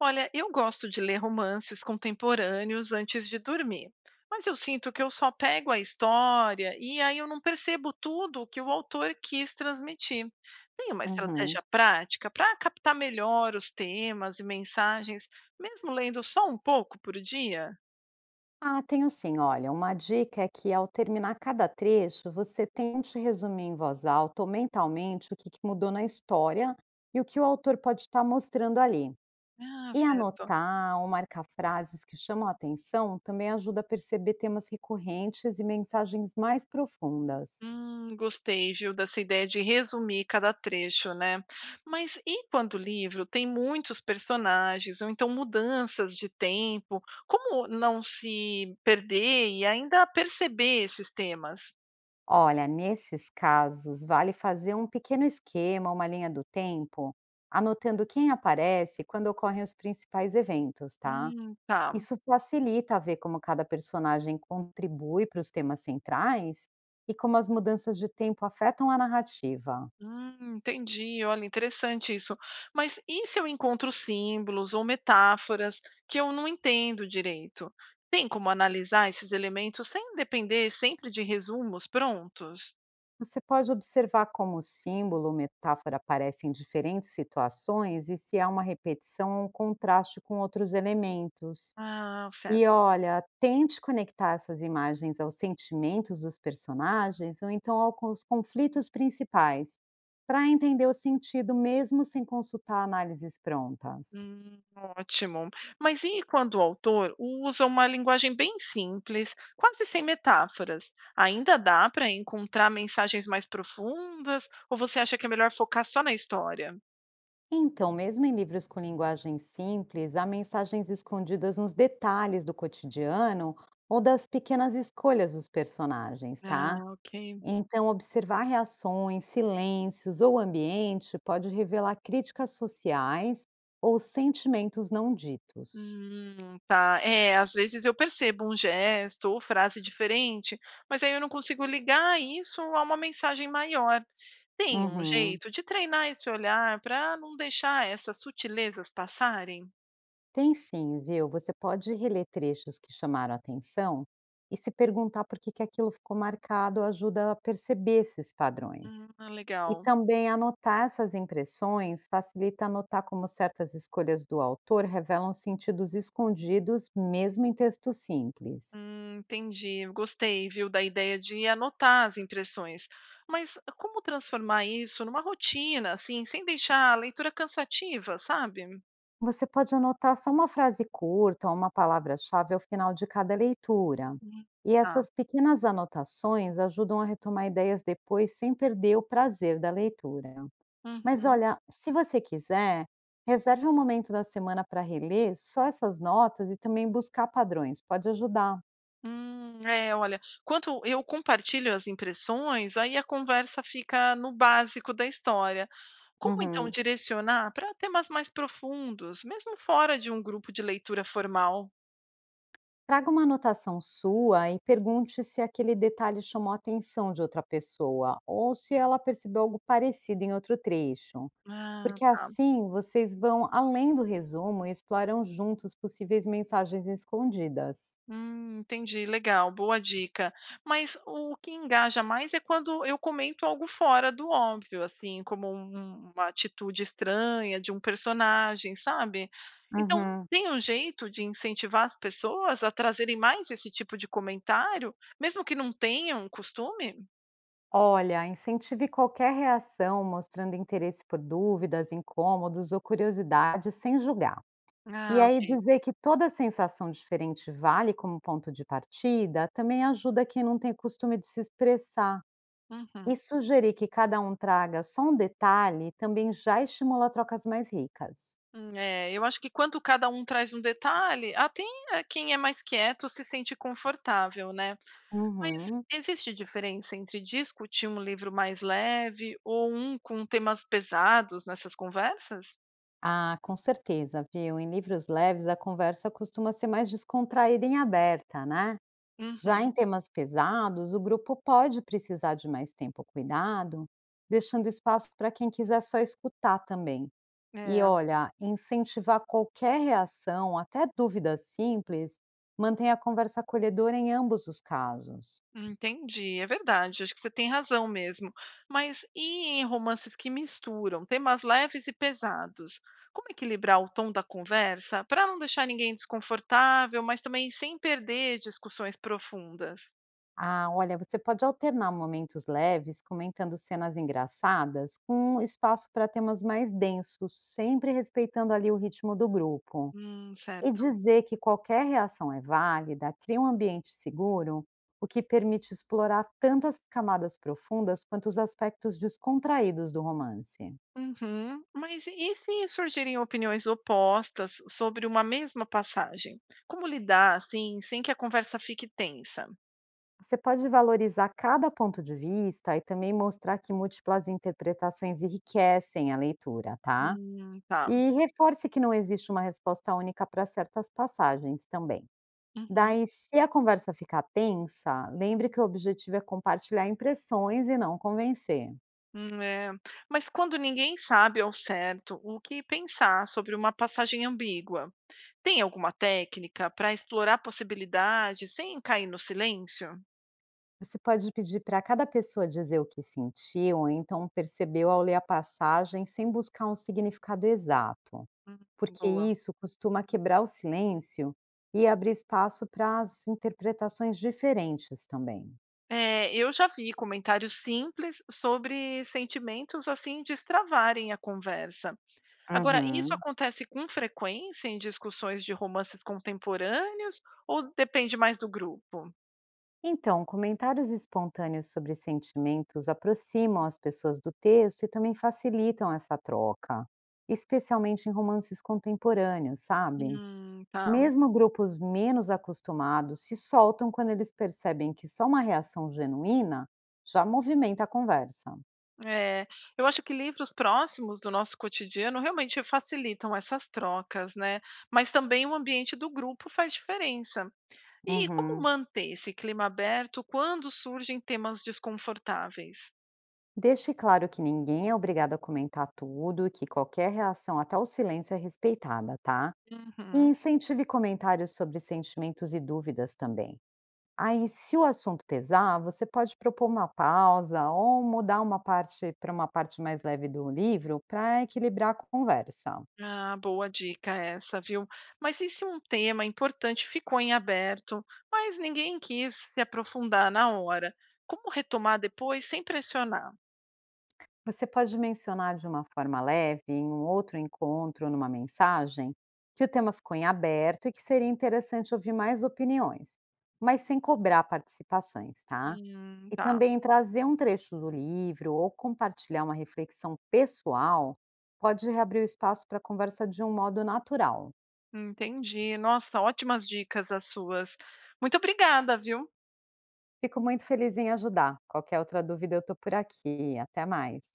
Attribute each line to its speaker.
Speaker 1: Olha, eu gosto de ler romances contemporâneos antes de dormir, mas eu sinto que eu só pego a história e aí eu não percebo tudo o que o autor quis transmitir. Tem uma
Speaker 2: Uhum.
Speaker 1: estratégia prática para captar melhor os temas e mensagens, mesmo lendo só um pouco por dia?
Speaker 2: Ah, tenho sim. Olha, uma dica é que ao terminar cada trecho, você tente resumir em voz alta ou mentalmente o que que mudou na história e o que o autor pode estar mostrando ali.
Speaker 1: Ah,
Speaker 2: E
Speaker 1: certo.
Speaker 2: anotar ou marcar frases que chamam a atenção também ajuda a perceber temas recorrentes e mensagens mais profundas.
Speaker 1: Gostei, viu, dessa ideia de resumir cada trecho, né? Mas e quando o livro tem muitos personagens, ou então mudanças de tempo, como não se perder e ainda perceber esses temas?
Speaker 2: Olha, nesses casos, vale fazer um pequeno esquema, uma linha do tempo, anotando quem aparece e quando ocorrem os principais eventos, tá?
Speaker 1: Tá.
Speaker 2: Isso facilita ver como cada personagem contribui para os temas centrais e como as mudanças de tempo afetam a narrativa.
Speaker 1: Entendi. Olha, interessante isso. Mas e se eu encontro símbolos ou metáforas que eu não entendo direito? Tem como analisar esses elementos sem depender sempre de resumos prontos?
Speaker 2: Você pode observar como o símbolo ou metáfora aparece em diferentes situações e se há uma repetição ou um contraste com outros elementos.
Speaker 1: Ah,
Speaker 2: E
Speaker 1: certo.
Speaker 2: olha, tente conectar essas imagens aos sentimentos dos personagens ou então aos conflitos principais, para entender o sentido mesmo sem consultar análises prontas.
Speaker 1: Ótimo. Mas e quando o autor usa uma linguagem bem simples, quase sem metáforas? Ainda dá para encontrar mensagens mais profundas? Ou você acha que é melhor focar só na história?
Speaker 2: Então, mesmo em livros com linguagem simples, há mensagens escondidas nos detalhes do cotidiano ou das pequenas escolhas dos personagens,
Speaker 1: Ah,
Speaker 2: tá?
Speaker 1: ok.
Speaker 2: Então, observar reações, silêncios ou ambiente pode revelar críticas sociais ou sentimentos não ditos.
Speaker 1: Tá. É, às vezes eu percebo um gesto ou frase diferente, mas aí eu não consigo ligar isso a uma mensagem maior. Tem um
Speaker 2: Uhum.
Speaker 1: jeito de treinar esse olhar para não deixar essas sutilezas passarem?
Speaker 2: Tem sim, viu? Você pode reler trechos que chamaram atenção e se perguntar por que que aquilo ficou marcado ajuda a perceber esses padrões.
Speaker 1: Ah,
Speaker 2: E
Speaker 1: legal.
Speaker 2: também anotar essas impressões facilita anotar como certas escolhas do autor revelam sentidos escondidos, mesmo em texto simples.
Speaker 1: Entendi. Eu gostei, viu, da ideia de anotar as impressões. Mas como transformar isso numa rotina, assim, sem deixar a leitura cansativa, sabe?
Speaker 2: Você pode anotar só uma frase curta ou uma palavra-chave ao final de cada leitura.
Speaker 1: Hum,
Speaker 2: E
Speaker 1: Tá.
Speaker 2: essas pequenas anotações ajudam a retomar ideias depois sem perder o prazer da leitura. Mas
Speaker 1: Uhum.
Speaker 2: olha, se você quiser, reserve um momento da semana para reler só essas notas e também buscar padrões, pode ajudar.
Speaker 1: É, olha, quando eu compartilho as impressões, aí a conversa fica no básico da história. Como então
Speaker 2: Uhum.
Speaker 1: direcionar para temas mais profundos, mesmo fora de um grupo de leitura formal?
Speaker 2: Traga uma anotação sua e pergunte se aquele detalhe chamou a atenção de outra pessoa ou se ela percebeu algo parecido em outro trecho,
Speaker 1: Ah,
Speaker 2: porque
Speaker 1: tá.
Speaker 2: assim vocês vão além do resumo e exploram juntos possíveis mensagens escondidas.
Speaker 1: Entendi, legal, boa dica. Mas o que engaja mais é quando eu comento algo fora do óbvio, assim, como uma atitude estranha de um personagem, sabe? Então,
Speaker 2: Uhum.
Speaker 1: tem um jeito de incentivar as pessoas a trazerem mais esse tipo de comentário, mesmo que não tenham um costume?
Speaker 2: Olha, incentive qualquer reação mostrando interesse por dúvidas, incômodos ou curiosidade sem julgar. E
Speaker 1: Ah,
Speaker 2: aí
Speaker 1: ok.
Speaker 2: dizer que toda sensação diferente vale como ponto de partida, também ajuda quem não tem costume de se expressar. E
Speaker 1: Uhum.
Speaker 2: sugerir que cada um traga só um detalhe também já estimula trocas mais ricas.
Speaker 1: É, eu acho que quando cada um traz um detalhe, até quem é mais quieto se sente confortável, né? Mas
Speaker 2: Uhum.
Speaker 1: existe diferença entre discutir um livro mais leve ou um com temas pesados nessas conversas?
Speaker 2: Ah, com certeza, viu? Em livros leves, a conversa costuma ser mais descontraída e aberta, né? Já em
Speaker 1: Uhum,
Speaker 2: temas pesados, o grupo pode precisar de mais tempo cuidado, deixando espaço para quem quiser só escutar também. E
Speaker 1: é,
Speaker 2: olha, incentivar qualquer reação, até dúvidas simples, mantém a conversa acolhedora em ambos os casos.
Speaker 1: entendi, é verdade, acho que você tem razão mesmo. Mas e em romances que misturam temas leves e pesados? Como equilibrar o tom da conversa para não deixar ninguém desconfortável, mas também sem perder discussões profundas?
Speaker 2: Ah, olha, você pode alternar momentos leves, comentando cenas engraçadas, com espaço para temas mais densos, sempre respeitando ali o ritmo do grupo. E
Speaker 1: Certo.
Speaker 2: dizer que qualquer reação é válida cria um ambiente seguro, o que permite explorar tanto as camadas profundas quanto os aspectos descontraídos do romance.
Speaker 1: Uhum. Mas e se surgirem opiniões opostas sobre uma mesma passagem? Como lidar, assim, sem que a conversa fique tensa?
Speaker 2: Você pode valorizar cada ponto de vista e também mostrar que múltiplas interpretações enriquecem a leitura, tá?
Speaker 1: Tá.
Speaker 2: E reforce que não existe uma resposta única para certas passagens também.
Speaker 1: Uhum.
Speaker 2: Daí, se a conversa ficar tensa, lembre que o objetivo é compartilhar impressões e não convencer.
Speaker 1: É. Mas quando ninguém sabe ao certo o que pensar sobre uma passagem ambígua, tem alguma técnica para explorar possibilidades sem cair no silêncio?
Speaker 2: Você pode pedir para cada pessoa dizer o que sentiu, ou então percebeu ao ler a passagem, sem buscar um significado exato.
Speaker 1: Hum,
Speaker 2: Porque
Speaker 1: boa.
Speaker 2: isso costuma quebrar o silêncio e abrir espaço para as interpretações diferentes também.
Speaker 1: É, eu já vi comentários simples sobre sentimentos assim destravarem a conversa. Agora, isso
Speaker 2: Uhum.
Speaker 1: acontece com frequência em discussões de romances contemporâneos ou depende mais do grupo?
Speaker 2: Então, comentários espontâneos sobre sentimentos aproximam as pessoas do texto e também facilitam essa troca, especialmente em romances contemporâneos, sabe?
Speaker 1: Tá.
Speaker 2: Mesmo grupos menos acostumados se soltam quando eles percebem que só uma reação genuína já movimenta a conversa.
Speaker 1: É, eu acho que livros próximos do nosso cotidiano realmente facilitam essas trocas, né? Mas também o ambiente do grupo faz diferença. E como
Speaker 2: Uhum.
Speaker 1: manter esse clima aberto quando surgem temas desconfortáveis?
Speaker 2: Deixe claro que ninguém é obrigado a comentar tudo, que qualquer reação, até o silêncio, é respeitada, tá? E
Speaker 1: Uhum.
Speaker 2: incentive comentários sobre sentimentos e dúvidas também. Aí, se o assunto pesar, você pode propor uma pausa ou mudar uma parte para uma parte mais leve do livro para equilibrar a conversa.
Speaker 1: Ah, boa dica essa, viu? Mas e se um tema importante ficou em aberto, mas ninguém quis se aprofundar na hora? Como retomar depois sem pressionar?
Speaker 2: Você pode mencionar de uma forma leve, em um outro encontro, numa mensagem, que o tema ficou em aberto e que seria interessante ouvir mais opiniões, mas sem cobrar participações, tá? E
Speaker 1: Tá,
Speaker 2: também trazer um trecho do livro ou compartilhar uma reflexão pessoal pode reabrir o espaço para a conversa de um modo natural.
Speaker 1: entendi. Nossa, ótimas dicas as suas. Muito obrigada, viu?
Speaker 2: Fico muito feliz em ajudar. Qualquer outra dúvida, eu estou por aqui. Até mais.